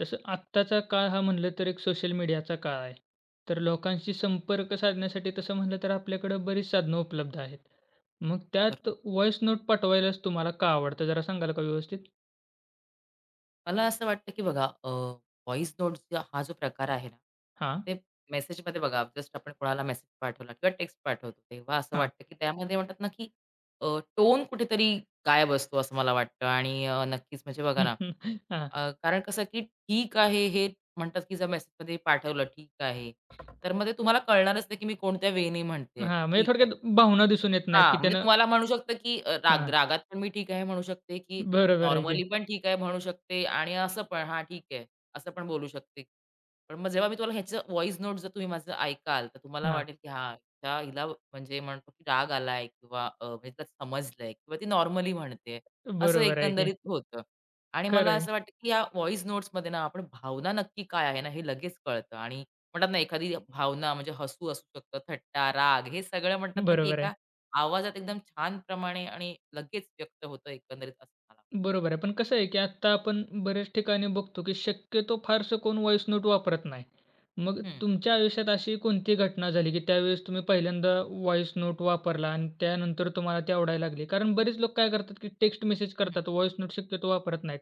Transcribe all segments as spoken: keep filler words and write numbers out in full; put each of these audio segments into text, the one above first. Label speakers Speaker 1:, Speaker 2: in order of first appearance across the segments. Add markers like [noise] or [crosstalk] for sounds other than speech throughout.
Speaker 1: तसं आत्ताचा काळ हा म्हटलं तर एक सोशल मीडियाचा काळ आहे. तर लोकांशी संपर्क साधण्यासाठी तसं म्हटलं तर आपल्याकडं बरीच साधनं उपलब्ध आहेत. मग
Speaker 2: तर
Speaker 1: त्यात व्हॉईस नोट पाठवायलाच तुम्हाला का आवडतं? जरा सांगाल का व्यवस्थित?
Speaker 2: मला असं वाटतं की बघा अ, व्हॉईस नोट्स जो हा जो प्रकार आहे ना,
Speaker 1: हां,
Speaker 2: ते मेसेजमध्ये बघा जस्ट आपण कोणाला मेसेज पाठवला किंवा टेक्स्ट पाठवतो, तेव्हा असं
Speaker 1: हां.
Speaker 2: वाटतं की त्यामध्ये म्हणतात ना की टोन कुठेतरी गायब असतो असं मला वाटतं आणि अ, नक्कीच म्हणजे बघा ना,
Speaker 1: [laughs] हां,
Speaker 2: अ, कारण कसं की ठीक आहे हे म्हणतात की जर मेसेजमध्ये पाठवलं ठीक आहे, तर मग ते तुम्हाला कळणारच नाही की मी कोणत्या वेने म्हणतेय.
Speaker 1: हां. म्हणजे
Speaker 2: ठीक आहे.
Speaker 1: थोडक्यात भावना दिसून येत नाहीत
Speaker 2: हां,
Speaker 1: की
Speaker 2: म्हणजे
Speaker 1: त्यानं
Speaker 2: तुम्हाला म्हणू शकतं, की अ, राग
Speaker 1: हां,
Speaker 2: रागात पण मी ठीक आहे म्हणू शकते, की
Speaker 1: बरोबर आहे की.
Speaker 2: नॉर्मली पण ठीक आहे म्हणू शकते आणि असं पण हां, ठीक आहे, असं पण बोलू शकते. पण मग जेव्हा मी तुम्हाला ह्याचं व्हॉईस नोट जर तुम्ही माझं ऐकाल, तर तुम्हाला
Speaker 1: हां,
Speaker 2: वाटेल, की हां, त्या हिला म्हणजे म्हणतो, की राग आलाय किंवा अ, म्हणजे तिला समजलंय किंवा ती नॉर्मली म्हणते. असं
Speaker 1: बरोबर आहे की.
Speaker 2: एकंदरीत होतं आणि मला
Speaker 1: खरं आहे.
Speaker 2: असं वाटतं, की या व्हॉईस नोट्समध्ये ना आपण भावना नक्की काय आहे ना, हे लगेच कळतं आणि म्हणतात ना, एखादी भावना म्हणजे हसू असू शकतं, थट्टा, राग हे सगळं म्हणतात ना, की
Speaker 1: बरोबर आहे.
Speaker 2: एका आवाजात एकदम छान प्रमाणे आणि लगेच व्यक्त होतं एकंदरीत असं मला
Speaker 1: बरोबर आहे. पण कसं आहे, की आत्ता आपण बऱ्याच ठिकाणी बघतो, की शक्यतो फारसं कोण व्हॉईस नोट वापरत नाही. मग
Speaker 2: हं,
Speaker 1: तुमच्या आयुष्यात अशी कोणती घटना झाली, की त्यावेळेस तुम्ही पहिल्यांदा व्हॉईस नोट वापरला आणि त्यानंतर तुम्हाला ती आवडायला लागली? कारण बरेच लोक काय करतात, की टेक्स्ट मेसेज
Speaker 2: हं.
Speaker 1: करतात. व्हॉईस नोट शक्यतो वापरत नाहीत.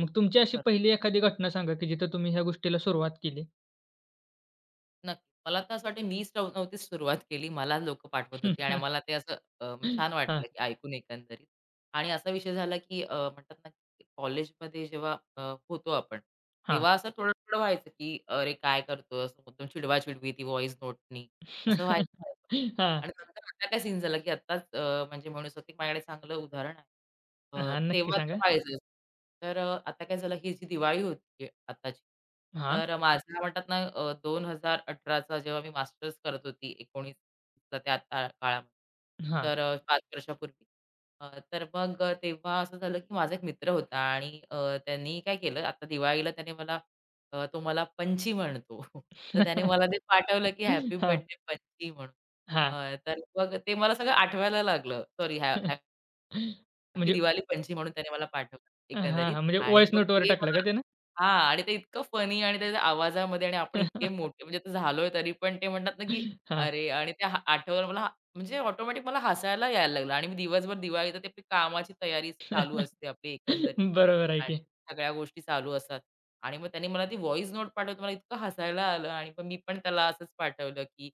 Speaker 1: मग तुमची अशी
Speaker 2: बरं.
Speaker 1: पहिली एखादी घटना सांगा, की जिथं तुम्ही ह्या गोष्टीला सुरुवात केली?
Speaker 2: नक्की. मला तर असं वाटतं मीच नव नव्हतीच सुरुवात केली. मला लोकं पाठवत होते आणि
Speaker 1: [laughs]
Speaker 2: मला ते असं अ, छान
Speaker 1: हां,
Speaker 2: वाटलं की ऐकून एकंदरीत. आणि असा विषय झाला की अ, म्हणतात ना की कॉलेजमध्ये जेव्हा अ, होतो आपण,
Speaker 1: हां.
Speaker 2: तेव्हा असं थोडं-थोडं व्हायचं की "अरे काय करतोय?" असं मुद्दाम चिडवा-चिडवी ती व्हॉईस नोटनी असं व्हायचं.
Speaker 1: [laughs] हां,
Speaker 2: आणि नंतर आता काय सीन झाला, की आत्ताच अ, म्हणजे म्हणू शकतो की माझ्याकडे चांगलं उदाहरण आहे. अ,
Speaker 1: हां.
Speaker 2: तर
Speaker 1: नक्की
Speaker 2: तेव्हा तर
Speaker 1: सांगा.
Speaker 2: व्हायचंच. तर अ, आता काय झालं, ही जी दिवाळी होती आताची,
Speaker 1: हां,
Speaker 2: तर माझा म्हणतात ना अ, दोन हजार अठरा चा जेव्हा मी मास्टर्स करत होती एकोणीस त्या त्या काळामध्ये,
Speaker 1: हां.
Speaker 2: तर अ, पाच वर्षापूर्वी. अ, तर मग अ, तेव्हा असं झालं, की माझा एक मित्र होता आणि अ, त्यांनी काय केलं, आता दिवाळीला त्याने मला अ, तो मला पंची म्हणतो. [laughs] तर त्याने मला
Speaker 1: [laughs]
Speaker 2: ते पाठवलं, की हॅपी
Speaker 1: हां,
Speaker 2: बर्थडे पंची म्हणून.
Speaker 1: हां.
Speaker 2: अ, तर मग ते मला सगळं आठवायला लागलं. सॉरी हॅ
Speaker 1: [laughs]
Speaker 2: हॅपी
Speaker 1: म्हणजे
Speaker 2: दिवाळी पंची म्हणून त्याने मला पाठवलं
Speaker 1: हां,
Speaker 2: एकंदरीत
Speaker 1: हां. म्हणजे
Speaker 2: आणि
Speaker 1: व्हॉइस
Speaker 2: मग
Speaker 1: नोटवर
Speaker 2: ते
Speaker 1: टाकलं
Speaker 2: मला
Speaker 1: का त्यानं?
Speaker 2: हां. आणि ते इतकं फनी आणि त्याच्या आवाजामध्ये आणि आपण इतके
Speaker 1: [laughs]
Speaker 2: मोठे म्हणजे ते झालोय तरी पण ते म्हणतात ना, की
Speaker 1: हां.
Speaker 2: अरे! आणि ते हा आठवलं मला हा- म्हणजे ऑटोमॅटिक मला हसायला यायला लागलं आणि मी दिवसभर दिवाळीत ते आपली कामाची तयारी चालू
Speaker 1: [laughs]
Speaker 2: असते आपली एकंदरीत
Speaker 1: बरोबर आहे
Speaker 2: आणि
Speaker 1: की.
Speaker 2: सगळ्या गोष्टी चालू असतात. आणि मग त्यांनी मला ती व्हॉईस नोट पाठवली मला इतकं हसायला आलं आणि मग मी पण त्याला असंच पाठवलं, की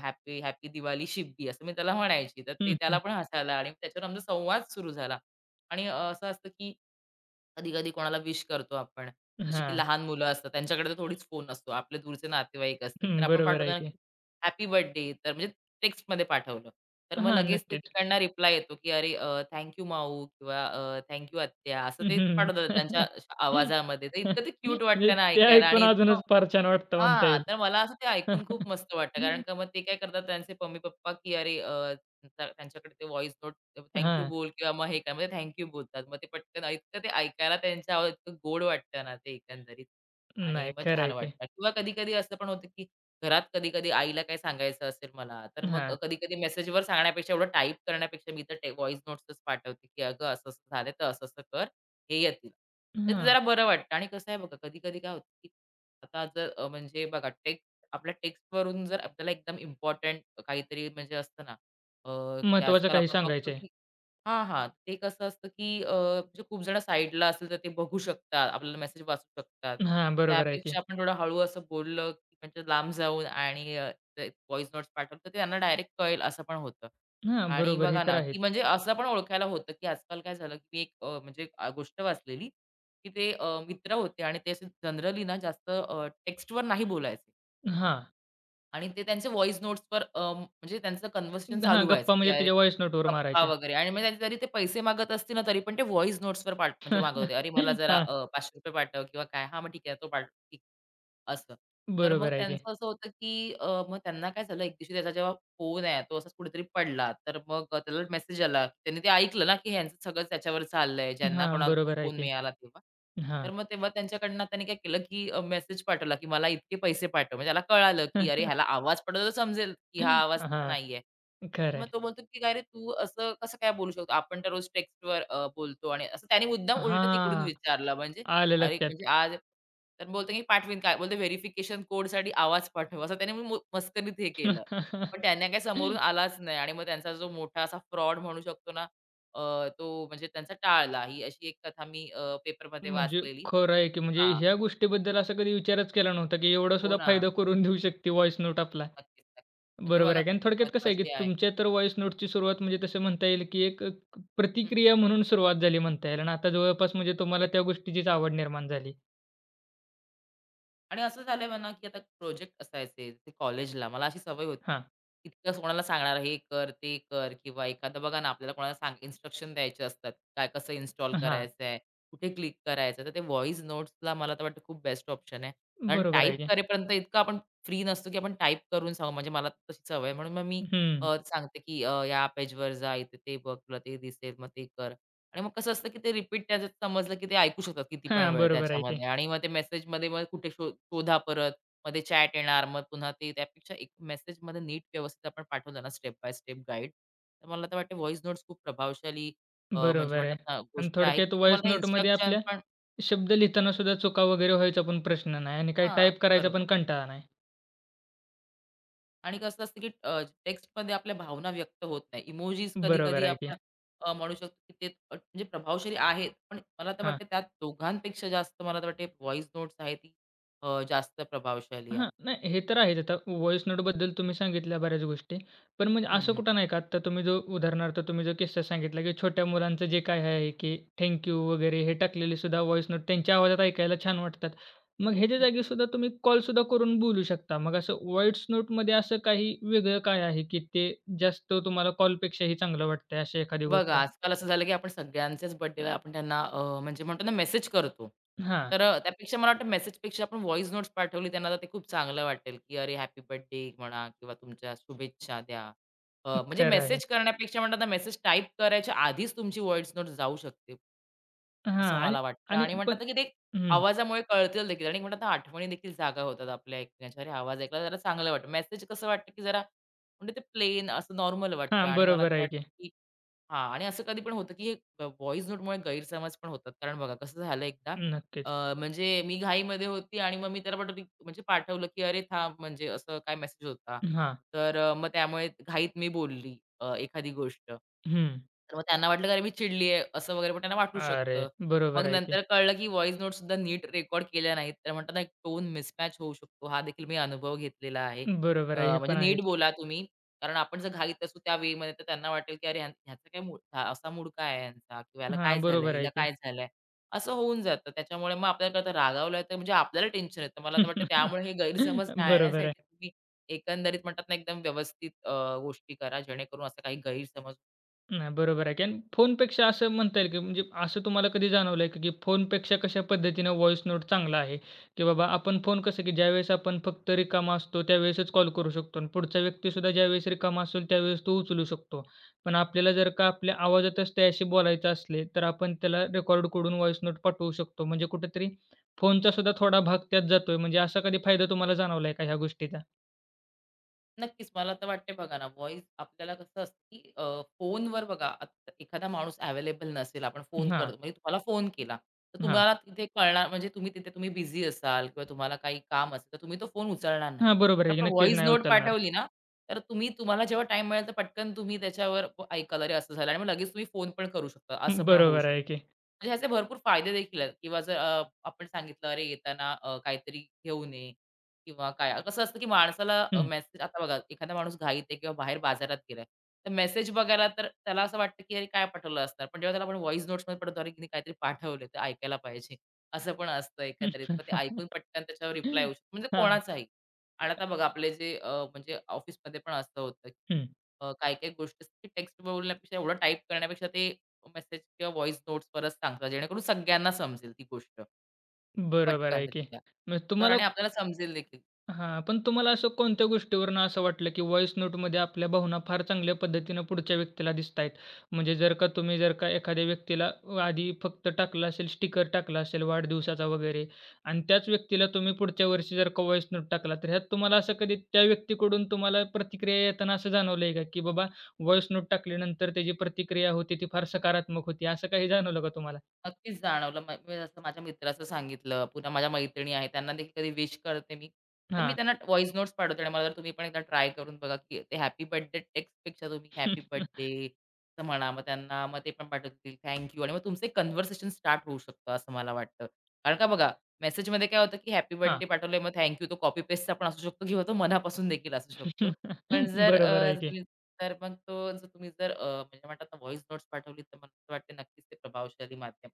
Speaker 2: हॅपी हॅपी दिवाली शिब्बी असं मी त्याला म्हणायची. तर ते
Speaker 1: हं,
Speaker 2: त्याला
Speaker 1: हं.
Speaker 2: पण हसायला आलं. आणि त्याच्यावर आमचा संवाद सुरू झाला. आणि अ, असं असतं, की कधी-कधी कोणाला विश करतो आपण. जसे की
Speaker 1: हां.
Speaker 2: लहान मुलं असतात, त्यांच्याकडे तर थोडीच फोन असतो. आपले दूरचे नातेवाईक असतील, तर
Speaker 1: हं,
Speaker 2: आपण
Speaker 1: बरोबर
Speaker 2: पाठवतो
Speaker 1: आहे
Speaker 2: ना,
Speaker 1: की.
Speaker 2: की हॅपी बर्थडे तर म्हणजे टेक्स्टमध्ये पाठवलं. तर मग
Speaker 1: हां,
Speaker 2: लगेच ते
Speaker 1: नक्कीच.
Speaker 2: तिकडनं रिप्लाय येतो, की "अरे अ, माऊ" किंवा अ, आत्या" असं ते
Speaker 1: हं.
Speaker 2: पाठवतात त्यांच्या
Speaker 1: [laughs]
Speaker 2: अशा आवाजामध्ये. तर इतकं ते क्यूट
Speaker 1: म्हणजे
Speaker 2: वाटतं ना
Speaker 1: ते
Speaker 2: ऐकायला
Speaker 1: ऐकून
Speaker 2: आणि इतकं
Speaker 1: अजूनच फार छान वाटतं म्हणता
Speaker 2: हां,
Speaker 1: येईल.
Speaker 2: तर मला असं ते ऐकून खूप
Speaker 1: [laughs]
Speaker 2: मस्त वाटतं. कारण का मग ते काय करतात त्यांचे मम्मी-पप्पा, की "अरे त्यांचा त्यांच्याकडे ते व्हॉइस नोट थँक
Speaker 1: हां.
Speaker 2: बोल किंवा मग हे काय म्हणजे थँक बोलतात. मग ते पटकन इतकं ते ऐकायला त्यांच्या आवाजात इतकं गोड वाटतं ना ते एकंदरीत आणि
Speaker 1: नाही
Speaker 2: मग
Speaker 1: खरं
Speaker 2: छान
Speaker 1: आहे की.
Speaker 2: वाटतं किंवा कधी-कधी असं पण होतं, की घरात कधी-कधी आईला काही सांगायचं असेल मला, तर मग
Speaker 1: हां.
Speaker 2: कधी-कधी मेसेजवर सांगण्यापेक्षा एवढं टाइप करण्यापेक्षा मी तर व्हॉइस नोट्सच पाठवते, की "अगं असं-असं झालं तर असं-असं कर, हे येतील." तर ते
Speaker 1: हां.
Speaker 2: जरा बरं वाटतं आणि कसं आहे बघा कधी-कधी काय होतं, की आता जर अ, म्हणजे बघा टेक्स्ट आपल्या टेक्स्टवरून जर आपल्याला एकदम इम्पोर्टंट काहीतरी म्हणजे असतं ना, अ, की
Speaker 1: महत्त्वाचं
Speaker 2: आजकाल
Speaker 1: काही
Speaker 2: आपण बघतो
Speaker 1: सांगायचंय.
Speaker 2: की हां, हां. ते कसं असतं की अ, म्हणजे खूप जण साइडला असेल तर ते बघू शकतात. आपल्याला मेसेज वाचू शकतात.
Speaker 1: हां, बरोबर आहे की.
Speaker 2: त्यापेक्षा आपण थोडं हळू असं बोललं, की म्हणजे लांब जाऊन आणि अ, ते व्हॉईस नोट्स पाठवलं तर ते त्यांना डायरेक्ट कळेल असं पण होतं.
Speaker 1: हां,
Speaker 2: आणि
Speaker 1: बरोबर हे
Speaker 2: बघा
Speaker 1: तर
Speaker 2: ना,
Speaker 1: आहेच.
Speaker 2: की म्हणजे असं पण ओळखायला होतं, की आजकाल काय झालं, की मी एक अ, म्हणजे अ, गोष्ट वाचलेली, की ते अ, मित्र होते आणि ते जनरली ना जास्त टेक्स्टवर नाही बोलायचे.
Speaker 1: हां.
Speaker 2: आणि ते त्यांचे व्हॉईस नोट्सवर अ, म्हणजे त्यांचं कन्व्हर्सेशन
Speaker 1: हां,
Speaker 2: चालू व्हायचं,
Speaker 1: गप्पा
Speaker 2: की
Speaker 1: म्हणजे
Speaker 2: अरे
Speaker 1: त्याच्या व्हॉइस नोटवर
Speaker 2: गप्पा
Speaker 1: मारायच्या.
Speaker 2: वगैरे आणि मग त्यांचे जरी ते पैसे मागत असतील ना, तरी पण ते व्हॉईस नोट्सवर पाठ म्हणजे मागत
Speaker 1: [laughs]
Speaker 2: होते. "अरे मला जरा
Speaker 1: हां,
Speaker 2: अ, ₹पाचशे रुपये पाठव" किंवा काय. "हां, मग ठीक आहे, तो पाठव." ठीक. असं. तर मग
Speaker 1: बरोबर आहे की.
Speaker 2: त्यांचं असं होतं, की अ, मग त्यांना काय झालं, एक दिवशी त्याचा जेव्हा होऊ नये. तो असाच कुठेतरी पडला. तर मग अ, त्याला मेसेज आला. त्यांनी ते ऐकलं ना, की ह्यांचं सगळं त्याच्यावर चाललंय. ज्यांना
Speaker 1: हां,
Speaker 2: कोणाला तो
Speaker 1: बरोबर आहे
Speaker 2: फोन
Speaker 1: की.
Speaker 2: मिळाला तेव्हा. तर
Speaker 1: हां.
Speaker 2: मग तेव्हा त्यांच्याकडनं त्यांनी काय केलं, की मेसेज पाठवला, की मला इतके पैसे पाठव. म्हणजे त्याला कळालं, की अरे ह्याला
Speaker 1: [laughs]
Speaker 2: आवाज पडला तर समजेल, की हा आवाज त्याचा
Speaker 1: हां.
Speaker 2: नाहीये. तर
Speaker 1: खरं
Speaker 2: मग
Speaker 1: आहे.
Speaker 2: तो बोलतो, की "काय रे तू असं कसं काय बोलू शकतो? आपण तर रोज टेक्स्टवर बोलतो." आणि असं त्याने मुद्दाम उलटं तिकडून
Speaker 1: हां.
Speaker 2: विचारलं. म्हणजे
Speaker 1: आलं
Speaker 2: अरे
Speaker 1: लक्षात.
Speaker 2: म्हणजे आज तर बोलतो, की "पाठवीन." काय बोलतो, "व्हेरिफिकेशन कोडसाठी आवाज पाठव." असं त्याने मु मस्करीत हे केलं.
Speaker 1: [laughs]
Speaker 2: पण त्यांना काही समोरून आलाच नाही आणि मग त्यांचा जो मोठा असा फ्रॉड म्हणू शकतो ना, अ, तो म्हणजे त्यांचा टाळला. ही अशी एक कथा मी अ, पेपरमध्ये
Speaker 1: म्हणजे
Speaker 2: वाचलेली.
Speaker 1: खरं आहे की म्हणजे
Speaker 2: हां.
Speaker 1: ह्या गोष्टीबद्दल असा कधी विचारच केला नव्हता, की एवढा
Speaker 2: हो
Speaker 1: सुद्धा
Speaker 2: ना.
Speaker 1: फायदा करून देऊ शकते व्हॉईस नोट आपला.
Speaker 2: नक्कीच, नक्कीच. म्हणजे
Speaker 1: बरोबर
Speaker 2: बघा
Speaker 1: आहे. कारण
Speaker 2: किती
Speaker 1: थोडक्यात कसं आहे, की
Speaker 2: महत्वाची आहे.
Speaker 1: तुमच्या तर व्हॉईस नोटची सुरुवात म्हणजे तसं म्हणता येईल, की एक अ,
Speaker 2: हं.
Speaker 1: प्रतिक्रिया म्हणून सुरुवात झाली म्हणता येईल आणि आता जवळपास म्हणजे तुम्हाला त्या गोष्टीचीच आवड निर्माण झाली.
Speaker 2: आणि असं झालंय म्हणा, की आता प्रोजेक्ट असायचे ते कॉलेजला मला अशी सवय होती.
Speaker 1: हां.
Speaker 2: इतकं कोणाला सांगणार हे कर, ते कर किंवा एखादं बघा ना आपल्याला कोणाला सांग इन्स्ट्रक्शन द्यायचे असतात. काय कसं इन्स्टॉल
Speaker 1: हां.
Speaker 2: करायचं आहे, कुठे क्लिक करायचं आहे. तर ते व्हॉईस नोट्सला मला तर वाटतं खूप बेस्ट ऑप्शन आहे. कारण
Speaker 1: बरोबर
Speaker 2: टाइप
Speaker 1: आहे की.
Speaker 2: करेपर्यंत इतकं आपण फ्री नसतो, की आपण टाइप करून सांगू. म्हणजे मला तशी सवय आहे. म्हणून मग मी
Speaker 1: हं.
Speaker 2: अ, सांगते, की अ, या पेजवर जा, इथे ते बघ, तुला ते दिसेल, मग ते कर. आणि मग कसं असतं, की ते रिपीट त्याचं समजलं, की ते ऐकू शकतात किती पण
Speaker 1: हां.
Speaker 2: वेळ
Speaker 1: बरोबर आहे की.
Speaker 2: त्याच्यामध्ये आणि मग ते मेसेजमध्ये मग कुठे शो शोधा परत. मग ते चॅट येणार. मग पुन्हा ते त्यापेक्षा एक मेसेजमध्ये नीट व्यवस्थित आपण पाठवलं ना स्टेप बाय स्टेप गाईड, तर मला तर वाटते व्हॉईस नोट्स खूप प्रभावशाली अ, म्हणजे
Speaker 1: बरोबर
Speaker 2: म्हणतात
Speaker 1: आहे.
Speaker 2: ना
Speaker 1: आणि
Speaker 2: गोष्ट आहे,
Speaker 1: थोडक्यात
Speaker 2: की
Speaker 1: व्हॉईस
Speaker 2: तुम्हाला
Speaker 1: नोटमध्ये
Speaker 2: इन्स्ट्रक्शन
Speaker 1: आपल्या
Speaker 2: पण
Speaker 1: शब्द लिहिताना सुद्धा चुका वगैरे व्हायचा पण प्रश्न नाही आणि काही
Speaker 2: हां,
Speaker 1: टाईप करायचा
Speaker 2: बरोबर.
Speaker 1: पण कंटाळा नाही.
Speaker 2: आणि कसं असतं की अ, टेक्स्टमध्ये आपल्या भावना व्यक्त होत नाही. इमोजीस
Speaker 1: बरोबर
Speaker 2: कधी-कधी
Speaker 1: आहे की.
Speaker 2: आपण अ, म्हणू शकतो की ते अ, म्हणजे प्रभावशाली आहेत. पण मला तर
Speaker 1: हां.
Speaker 2: वाटतं त्यात दोघांपेक्षा जास्त मला तर वाटते व्हॉईस नोट्स आहे ती अ, जास्त प्रभावशाली आहे.
Speaker 1: हां. नाही हे तर आहेच. आता व्हॉइस नोटबद्दल तुम्ही सांगितल्या बऱ्याच गोष्टी. पण म्हणजे
Speaker 2: हं,
Speaker 1: असं
Speaker 2: हं.
Speaker 1: कुठं नाही का आत्ता तुम्ही जो उदाहरणार्थ तुम्ही जो किस्सा सांगितला, की छोट्या मुलांचं जे काय आहे, की थँक यू वगैरे हे टाकलेले सुद्धा व्हॉइस नोट त्यांच्या आवाजात ऐकायला छान वाटतात. मग ह्याच्या
Speaker 2: हं.
Speaker 1: जागी सुद्धा तुम्ही कॉल सुद्धा करून बोलू शकता. मग असं व्हॉइस नोटमध्ये असं काही वेगळं काय आहे, की ते जास्त तुम्हाला कॉलपेक्षाही चांगलं वाटतंय अशी एखादी
Speaker 2: बघा,
Speaker 1: गोष्ट?
Speaker 2: आजकाल असं झालं की आपण सगळ्यांचेच बर्थडेला आपण त्यांना अ, म्हणजे म्हणतो ना मेसेज करतो.
Speaker 1: हां.
Speaker 2: तर अ, त्यापेक्षा मला वाटतं मेसेजपेक्षा आपण व्हॉइस नोट्स पाठवली त्यांना तर ते खूप चांगलं वाटेल, की "अरे हॅपी बर्थडे" म्हणा किंवा तुमच्या शुभेच्छा द्या. अ, म्हणजे
Speaker 1: खरं आहे.
Speaker 2: मेसेज करण्यापेक्षा म्हणतात ना मेसेज टाइप करायच्या आधीच तुमची व्हॉइस नोट जाऊ शकते,
Speaker 1: हां.
Speaker 2: असं
Speaker 1: आणि
Speaker 2: मला वाटतं
Speaker 1: आणि
Speaker 2: आणि म्हणतात
Speaker 1: पण
Speaker 2: ना की ते
Speaker 1: हं.
Speaker 2: आवाजामुळे कळतील देखील आणि म्हणतात ना आठवणी देखील जागा होतात आपल्या एकमेकांच्या. अरे आवाज ऐकला जरा चांगलं वाटतं. मेसेज कसं वाटतं की जरा म्हणजे ते प्लेन असं नॉर्मल
Speaker 1: हां,
Speaker 2: वाटतं आणि मला
Speaker 1: बरोबर
Speaker 2: तर
Speaker 1: आहे
Speaker 2: वाटतं
Speaker 1: की.
Speaker 2: की हां आणि असं कधी पण होतं, की हे व्हॉईस नोटमुळे गैरसमज पण होतात. कारण बघा कसं झालं एकदा
Speaker 1: नक्कीच.
Speaker 2: अ, म्हणजे मी घाईमध्ये होती आणि मग मी त्याला पाठवली म्हणजे पाठवलं, की "अरे थांब म्हणजे असं काय मेसेज होता."
Speaker 1: हां.
Speaker 2: तर अ, मग त्यामुळे घाईत मी बोलली अ, एखादी गोष्ट.
Speaker 1: हं.
Speaker 2: तर मग त्यांना वाटलं की "अरे मी चिडली आहे" असं वगैरे पण त्यांना वाटू
Speaker 1: अरे!
Speaker 2: शकतं. मग
Speaker 1: बरोबर आहे की.
Speaker 2: नंतर कळलं की व्हॉईस नोट सुद्धा नीट रेकॉर्ड केल्या नाहीत. तर म्हणतात ना, एक टोन मिसमॅच होऊ शकतो. हा देखील मी अनुभव घेतलेला आहे. अ,
Speaker 1: बरोबर आहे. हे
Speaker 2: म्हणजे
Speaker 1: पण
Speaker 2: नीट
Speaker 1: आहेच.
Speaker 2: बोला तुम्ही. कारण आपण जर घाईत असू त्या वेमध्ये तर त्यांना वाटेल की "अरे ह्या ह्याचा काय मूड हा असा मूड काय आहे यांचा किंवा याला काय
Speaker 1: हां,
Speaker 2: झालंय?
Speaker 1: बरोबर
Speaker 2: हिला
Speaker 1: आहे की.
Speaker 2: काय झालंय?" असं होऊन जातं. त्याच्यामुळे मग आपल्याला कळतं रागावलं तर म्हणजे आपल्याला टेन्शन येतं. मला तर वाटतं
Speaker 1: [laughs]
Speaker 2: त्यामुळे हे गैरसमज
Speaker 1: बरोबर
Speaker 2: टाळण्यासाठी
Speaker 1: आहे.
Speaker 2: तुम्ही एकंदरीत म्हणतात ना, एकदम व्यवस्थित अ, गोष्टी करा जेणेकरून असा काही गैरसमज
Speaker 1: नाही, बरोबर आहे की आणि फोनपेक्षा असं म्हणता येईल की म्हणजे असं तुम्हाला कधी जाणवलं आहे की फोनपेक्षा कशा पद्धतीनं व्हॉइस नोट चांगला आहे? की बाबा आपण फोन कसं की ज्यावेळेस आपण फक्त रिकामा असतो त्यावेळेसच कॉल करू शकतो आणि पुढचा व्यक्तीसुद्धा ज्यावेळेस रिकामा असेल त्यावेळेस तो उचलू शकतो. पण आपल्याला जर का आपल्या आवाजातच त्याशी बोलायचं असले, तर आपण त्याला रेकॉर्ड करून व्हॉइस नोट पाठवू शकतो. म्हणजे कुठेतरी फोनचासुद्धा थोडा भाग त्यात जातोय. म्हणजे असा कधी फायदा तुम्हाला जाणवला आहे का ह्या गोष्टीचा?
Speaker 2: नक्कीच. मला तर वाटते बघा ना, व्हॉईस आपल्याला कसं असतं, की अ, फोनवर बघा आता एखादा माणूस अवेलेबल नसेल, आपण फोन
Speaker 1: हां,
Speaker 2: करतो म्हणजे तुम्हाला फोन केला, तर
Speaker 1: हां.
Speaker 2: तुम्हाला तिथे कळणार म्हणजे तुम्ही तिथे तुम्ही बिझी असाल किंवा तुम्हाला काही काम असेल, तर तुम्ही तो फोन उचलणार नाही.
Speaker 1: हां, बरोबर
Speaker 2: पण
Speaker 1: आहे की
Speaker 2: आपण
Speaker 1: नक्कीच
Speaker 2: व्हॉईस
Speaker 1: नाही
Speaker 2: नोट
Speaker 1: उचलणार.
Speaker 2: पाठवली ना, तर तुम्ही तुम्हाला जेव्हा टाईम मिळेल, तर पटकन तुम्ही त्याच्यावर ऐकाल, "अरे असं झालं" आणि मग लगेच तुम्ही फोन पण करू शकता. असं
Speaker 1: [laughs]
Speaker 2: पण होऊ
Speaker 1: बरोबर
Speaker 2: शकतं.
Speaker 1: आहे की.
Speaker 2: म्हणजे ह्याचे भरपूर फायदे देखील आहेत किंवा जर अ, आपण सांगितलं, "अरे येताना अ, काहीतरी घेऊन ये" किंवा काय कसं असतं की माणसाला मेसेज आता बघा एखादा माणूस घाईत आहे किंवा बाहेर बाजारात गेलाय. तर मेसेज बघायला तर त्याला असं वाटतं की अरे काय पाठवलं असणार? पण जेव्हा त्याला आपण व्हॉईस नोट्समध्ये पडतो अरे हिने काहीतरी पाठवलंय ते ऐकायला पाहिजे. असं पण असतं एकंदरीत. मग ते ऐकून
Speaker 1: [laughs]
Speaker 2: पटकन त्याच्यावर रिप्लाय येऊ शकतो. म्हणजे
Speaker 1: हां,
Speaker 2: कोणाचाही. आणि आता बघा आपले जे अ, म्हणजे ऑफिसमध्ये पण असं होतं.
Speaker 1: हं.
Speaker 2: अ, काही-काही गोष्टी असतात की टेक्स्ट बोलण्यापेक्षा एवढं टाइप करण्यापेक्षा ते मेसेज किंवा व्हॉईस नोट्सवरच सांगतात. जेणेकरून सगळ्यांना समजेल ती गोष्ट
Speaker 1: बरोबर
Speaker 2: पटकन
Speaker 1: आहे की.
Speaker 2: रित्या.
Speaker 1: मग
Speaker 2: तर
Speaker 1: तुम्हाला
Speaker 2: आणि आपल्याला समजेल देखील.
Speaker 1: हां, पण तुम्हाला असं कोणत्या गोष्टीवरनं असं वाटलं, की व्हॉईस नोटमध्ये आपल्या भावना फार चांगल्या पद्धतीनं पुढच्या व्यक्तीला दिसतायत? म्हणजे जर का तुम्ही जर का एखाद्या व्यक्तीला आधी फक्त टाकलं असेल, स्टिकर टाकला असेल वाढदिवसाचा वगैरे आणि त्याच व्यक्तीला तुम्ही पुढच्या वर्षी जर का व्हॉईस नोट टाकला, तर ह्यात तुम्हाला असं कधी त्या व्यक्तीकडून तुम्हाला प्रतिक्रिया येताना असं जाणवलंय का, की बाबा व्हॉईस नोट टाकल्यानंतर त्याची प्रतिक्रिया होती ती फार सकारात्मक होती, असं काही जाणवलं का तुम्हाला?
Speaker 2: नक्कीच जाणवलं. म मी जसं माझ्या मित्राचं सांगितलं, पुन्हा माझ्या मैत्रिणी आहेत, त्यांना देखील कधी विश करते मी. तर मी त्यांना व्हॉईस नोट्स पाठवते आणि मला वाटतं तुम्ही पण एकदा ट्राय करून बघा, की ते हॅपी बर्थडे टेक्स्टपेक्षा तुम्ही हॅपी
Speaker 1: [laughs]
Speaker 2: बर्थडे असं म्हणा. मग त्यांना मग ते पण पाठवतील थँक आणि मग तुमचं कन्व्हर्सेशन स्टार्ट होऊ शकतं असं मला वाटतं. कारण का बघा मेसेजमध्ये काय होतं, की हॅपी
Speaker 1: हां.
Speaker 2: बर्थडे पाठवलंय मग थँक तो कॉपी पेस्टचा पण असू शकतो किंवा तो मनापासून देखील असू शकतो. पण
Speaker 1: [laughs]
Speaker 2: जर
Speaker 1: बरोबर
Speaker 2: अ,
Speaker 1: आहे की.
Speaker 2: तुम्ही तर मग तो जर तुम्ही जर अ, म्हणजे म्हणतात ना नोट्स पाठवली तर मला असं वाटते नक्कीच ते प्रभावशाली माध्यम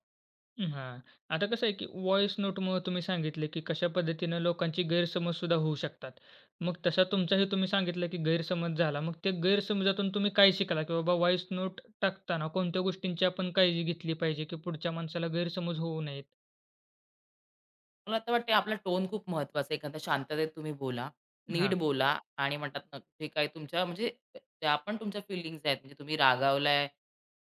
Speaker 1: हां. आता कसं आहे की व्हॉईस नोटमुळं तुम्ही सांगितले की कशा पद्धतीनं लोकांची गैरसमज सुद्धा होऊ शकतात. मग तसा
Speaker 2: हं.
Speaker 1: तुमचाही तुम्ही सांगितलं की गैरसमज झाला. मग त्या गैरसमजातून तुम्ही काय शिकला? की बाबा व्हॉईस नोट टाकताना कोणत्या गोष्टींची आपण काळजी घेतली पाहिजे की पुढच्या माणसाला गैरसमज होऊ नयेत?
Speaker 2: मला आता वाटते आपला टोन खूप महत्त्वाचा आहे. एखाद्या शांततेत तुम्ही बोला,
Speaker 1: हां.
Speaker 2: नीट बोला आणि म्हणतात ना, जे काही तुमच्या म्हणजे ज्या पण तुमच्या फीलिंग्ज आहेत, म्हणजे तुम्ही रागावलाय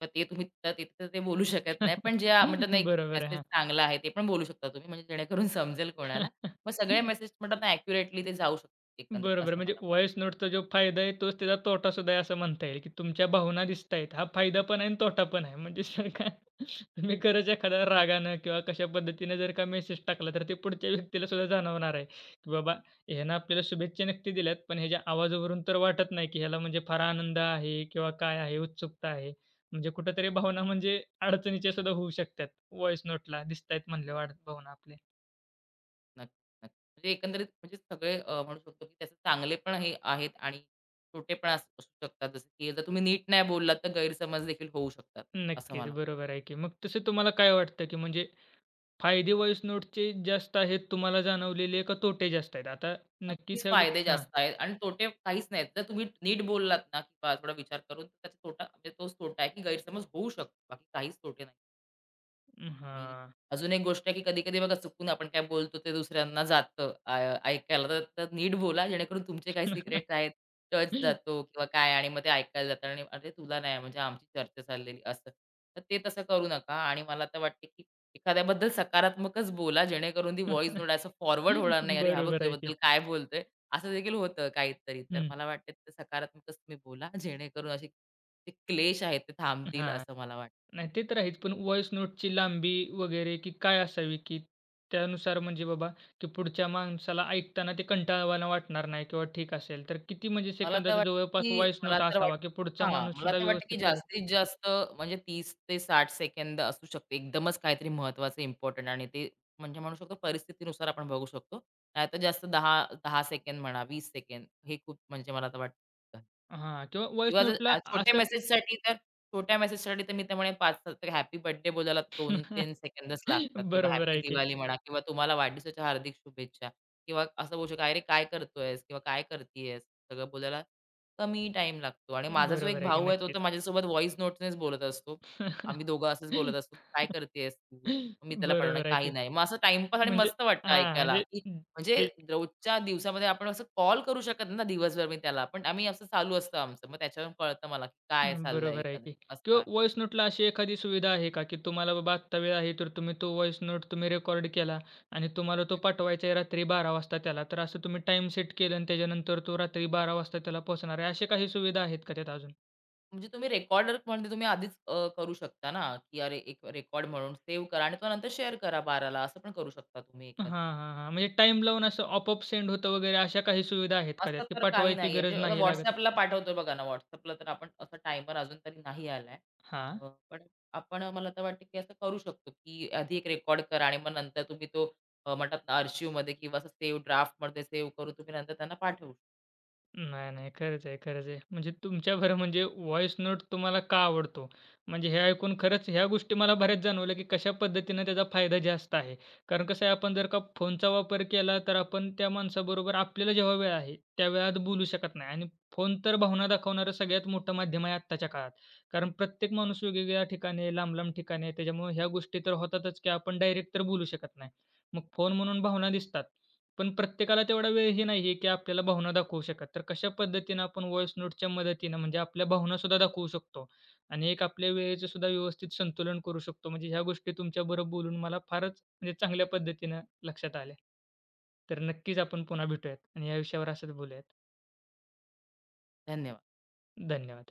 Speaker 2: तर ते तुम्ही तर तिथं ते बोलू शकत नाही. पण जे
Speaker 1: [laughs]
Speaker 2: म्हणतात ना, एक
Speaker 1: बरोबर
Speaker 2: मेसेज
Speaker 1: आहे.
Speaker 2: चांगला आहे ते पण बोलू शकता तुम्ही, म्हणजे जेणेकरून [laughs] समजेल
Speaker 1: हां.
Speaker 2: कोणाला. मग सगळे
Speaker 1: [laughs]
Speaker 2: मेसेज म्हणतात ना, ॲक्युरेटली ते जाऊ शकतात एकंदरीत
Speaker 1: बरोबर.
Speaker 2: असं
Speaker 1: म्हणजे
Speaker 2: मला वाटतं.
Speaker 1: व्हॉईस नोटचा जो फायदा आहे, तोच त्याचा तोटा सुद्धा आहे असं म्हणता येईल, की तुमच्या भावना दिसतायत. हा फायदा पण आहे आणि तोटा पण आहे. म्हणजे जर का तुम्ही खरंच एखाद्या रागानं किंवा कशा पद्धतीने जर का मेसेज टाकला, तर ते पुढच्या व्यक्तीला सुद्धा जाणवणार आहे, की बाबा ह्यानं आपल्याला शुभेच्छा नक्की दिल्यात, पण ह्याच्या आवाजावरून तर वाटत नाही, की ह्याला म्हणजे फार आनंद आहे किंवा काय आहे, उत्सुकता आहे. म्हणजे कुठेतरी भावना म्हणजे अडचणीच्या सुद्धा होऊ शकतात. व्हॉईस नोटला दिसतायत म्हणल्यावर भावना आपल्या.
Speaker 2: नक्की, नक्की. म्हणजे एकंदरीत म्हणजे सगळे अ, म्हणू शकतो, की त्याचे चांगले पण हे आहेत आणि तोटे पण अस- असू शकतात. जसं की जर तुम्ही नीट नाही बोललात तर गैरसमज देखील होऊ शकतात, असं
Speaker 1: नक्कीच,
Speaker 2: मला
Speaker 1: बरोबर
Speaker 2: वाटतं.
Speaker 1: आहे की. मग तसं तुम्हाला काय वाटतं, की म्हणजे फायदे व्हॉईस नोटचे जास्त आहेत तुम्हाला जाणवलेले का तोटे जास्त आहेत? आता नक्की
Speaker 2: नक्कीच
Speaker 1: त्या
Speaker 2: फायदे
Speaker 1: गोष्टी हां.
Speaker 2: जास्त आहेत आणि तोटे काहीच नाहीत. जर तुम्ही नीट बोललात ना, किंवा थोडा विचार करून तर त्याचा तोटा म्हणजे तोच तोटा आहे, की गैरसमज होऊ शकतो. बाकी काहीच तोटे नाही. आणि
Speaker 1: हां.
Speaker 2: अजून एक गोष्ट आहे, की कधी-कधी बघा चुकून आपण काय बोलतो ते दुसऱ्यांना जातं अ, ऐकायला. तर तर नीट बोला जेणेकरून तुमचे काही सिक्रेट्स आहेत, टच जातो
Speaker 1: [laughs]
Speaker 2: किंवा काय आणि मग ते ऐकायला जातं आणि "अरे तुला नाही म्हणजे आमची चर्चा चाललेली" असं. तर ते तसं करू नका आणि मला तर वाटते, की एखाद्याबद्दल सकारात्मकच बोला जेणेकरून ती व्हॉईस नोट असं फॉरवर्ड होणार नाही, "अरे हा बघ
Speaker 1: बरोबर आहे
Speaker 2: तुझ्याबद्दल
Speaker 1: की.
Speaker 2: काय बोलतोय." असं देखील होतं काहीतरी. तर
Speaker 1: हं.
Speaker 2: मला वाटतं सकारात्मकच तुम्ही बोला जेणेकरून असे जे क्लेश आहेत ते थांबतील
Speaker 1: हां.
Speaker 2: असं मला वाटतं.
Speaker 1: नाही ते तर आहेच. पण व्हॉईस नोटची लांबी वगैरे की काय असावी की त्यानुसार म्हणजे बाबा की पुढच्या माणसाला ऐकताना ते कंटाळवाणं वाटणार नाही किंवा ठीक असेल. तर किती म्हणजे
Speaker 2: मला तर
Speaker 1: सेकंदाचा
Speaker 2: वाटतं
Speaker 1: जवळपास
Speaker 2: की
Speaker 1: व्हॉईस
Speaker 2: मला
Speaker 1: नोट
Speaker 2: तर
Speaker 1: असावा
Speaker 2: वाटतं
Speaker 1: की पुढचा
Speaker 2: हां,
Speaker 1: माणूस
Speaker 2: मला
Speaker 1: सुद्धा
Speaker 2: तर वाटतं की
Speaker 1: व्यवस्थित पद्धत
Speaker 2: जास्तीत जास्त म्हणजे तीस ते साठ सेकंद असू शकते. एकदमच काहीतरी महत्त्वाचं, इम्पोर्टंट आणि ते म्हणजे म्हणू शकतो परिस्थितीनुसार आपण बघू शकतो. नाहीतर जास्त दहा दहा सेकंद म्हणा, वीस सेकंद हे खूप म्हणजे मला तर वाटतं.
Speaker 1: हां. किंवा व्हॉईस
Speaker 2: किंवा जर
Speaker 1: नोटला
Speaker 2: अ, छोट्या
Speaker 1: असं
Speaker 2: मेसेजसाठी तर छोट्या मेसेजसाठी तर मी तर म्हणेन पाच तर हॅपी बर्थडे बोलायला दोन तीन
Speaker 1: [laughs]
Speaker 2: सेकंदच लागतात किंवा
Speaker 1: बरोबर
Speaker 2: हॅपी
Speaker 1: आहे की.
Speaker 2: दिवाळी म्हणा किंवा तुम्हाला वाढदिवसाच्या हार्दिक शुभेच्छा किंवा असं बोलू शकतो, "अरे काय करतोयस?" किंवा "काय करतीयेस?" सगळं बोलायला कमी टाइम लागतो आणि माझा जो एक
Speaker 1: बरोबर आहे की.
Speaker 2: भाऊ आहे, तो
Speaker 1: नक्कीच.
Speaker 2: तर माझ्यासोबत व्हॉईस नोटनेच बोलत असतो. आम्ही दोघं असंच बोलत
Speaker 1: [laughs]
Speaker 2: असतो, की "काय करतेयस तू?" मग मी त्याला पाठवणार,
Speaker 1: बरोबर आहे
Speaker 2: "काही
Speaker 1: की.
Speaker 2: नाही." मग असं टाईमपास आणि
Speaker 1: म्हणजे
Speaker 2: मस्त वाटतं
Speaker 1: हां,
Speaker 2: ऐकायला,
Speaker 1: म्हणजे
Speaker 2: की म्हणजे
Speaker 1: जे
Speaker 2: रोजच्या दिवसामध्ये आपण असं कॉल करू शकत नाही ना दिवसभर मी त्याला, पण आम्ही असं चालू असतं आमचं. मग त्याच्यावरून कळतं मला, की काय चाललंय
Speaker 1: बरोबर आहे
Speaker 2: एखादं
Speaker 1: की
Speaker 2: असं
Speaker 1: किंवा
Speaker 2: आहे.
Speaker 1: व्हॉईस नोटला अशी एखादी सुविधा आहे का, की तुम्हाला बाबा आत्ता वेळ आहे, तर तुम्ही तो व्हॉईस नोट तुम्ही रेकॉर्ड केला आणि तुम्हाला तो
Speaker 2: हं.
Speaker 1: पाठवायचा आहे रात्री बारा वाजता त्याला, तर असं तुम्ही टाईम सेट केलं आणि त्याच्यानंतर तो रात्री बारा वाजता त्याला पोहोचणार आहे, अशा काही सुविधा आहेत का त्यात अजून?
Speaker 2: म्हणजे तुम्ही रेकॉर्डर म्हणजे तुम्ही आधीच अ, करू शकता ना, की अरे एक रेकॉर्ड म्हणून सेव्ह करा आणि तो नंतर शेअर करा बारा असं पण करू शकता तुम्ही
Speaker 1: हां, हां, हां. म्हणजे टाईम लावून असं आपोआप सेंड होतं वगैरे, अशा काही सुविधा आहेत का त्यात,
Speaker 2: असं
Speaker 1: की
Speaker 2: तर काही
Speaker 1: पाठवायची
Speaker 2: नाहीये.
Speaker 1: गरज
Speaker 2: म्हणजे आता
Speaker 1: नाही लागत?
Speaker 2: WhatsAppला पाठवतो बघा ना, WhatsAppला तर आपण असा टायमर अजून तरी नाही आलाय.
Speaker 1: हां.
Speaker 2: अ, पण आपण मला तर वाटतं, की असं करू शकतो, की आधी एक रेकॉर्ड करा आणि मग नंतर तुम्ही तो अ, म्हणतात ना, आर्शिव्हमध्ये किंवा असं सेव्ह ड्राफ्टमध्ये सेव्ह करून तुम्ही नंतर त्यांना पाठवू.
Speaker 1: नाही, नाही. खरंच आहे, खरंच आहे. म्हणजे तुमच्या बरं म्हणजे व्हॉईस नोट तुम्हाला का आवडतो? म्हणजे हे ऐकून खरंच ह्या गोष्टी मला बऱ्याच जाणवल्या, की कशा पद्धतीनं त्याचा फायदा जास्त आहे. कारण कसं आहे आपण जर का फोनचा वापर केला तर आपण त्या माणसाबरोबर आपल्याला जेव्हा वेळ आहे, त्या वेळात बोलू शकत नाही आणि फोन तर भावना दाखवणारं सगळ्यात मोठं माध्यम आहे आत्ताच्या काळात. कारण प्रत्येक माणूस वेगवेगळ्या ठिकाणी आहे, लांब-लांब ठिकाणी आहे. त्याच्यामुळे ह्या गोष्टी तर होतातच, की आपण डायरेक्ट तर बोलू शकत नाही. मग फोन म्हणून भावना दिसतात. पण प्रत्येकाला तेवढा वेळही नाहीये, की आपल्याला भावना दाखवू शकतात. तर कशा पद्धतीनं आपण व्हॉइस नोटच्या मदतीनं म्हणजे आपल्या भावनासुद्धा दाखवू शकतो आणि एक आपल्या वेळेचं सुद्धा व्यवस्थित संतुलन करू शकतो. म्हणजे ह्या गोष्टी तुमच्याबरोबर बोलून मला फारच म्हणजे चांगल्या पद्धतीनं लक्षात आल्या. तर नक्कीच आपण पुन्हा भेटूयात आणि या विषयावर असंच बोलूयात.
Speaker 2: धन्यवाद.
Speaker 1: धन्यवाद.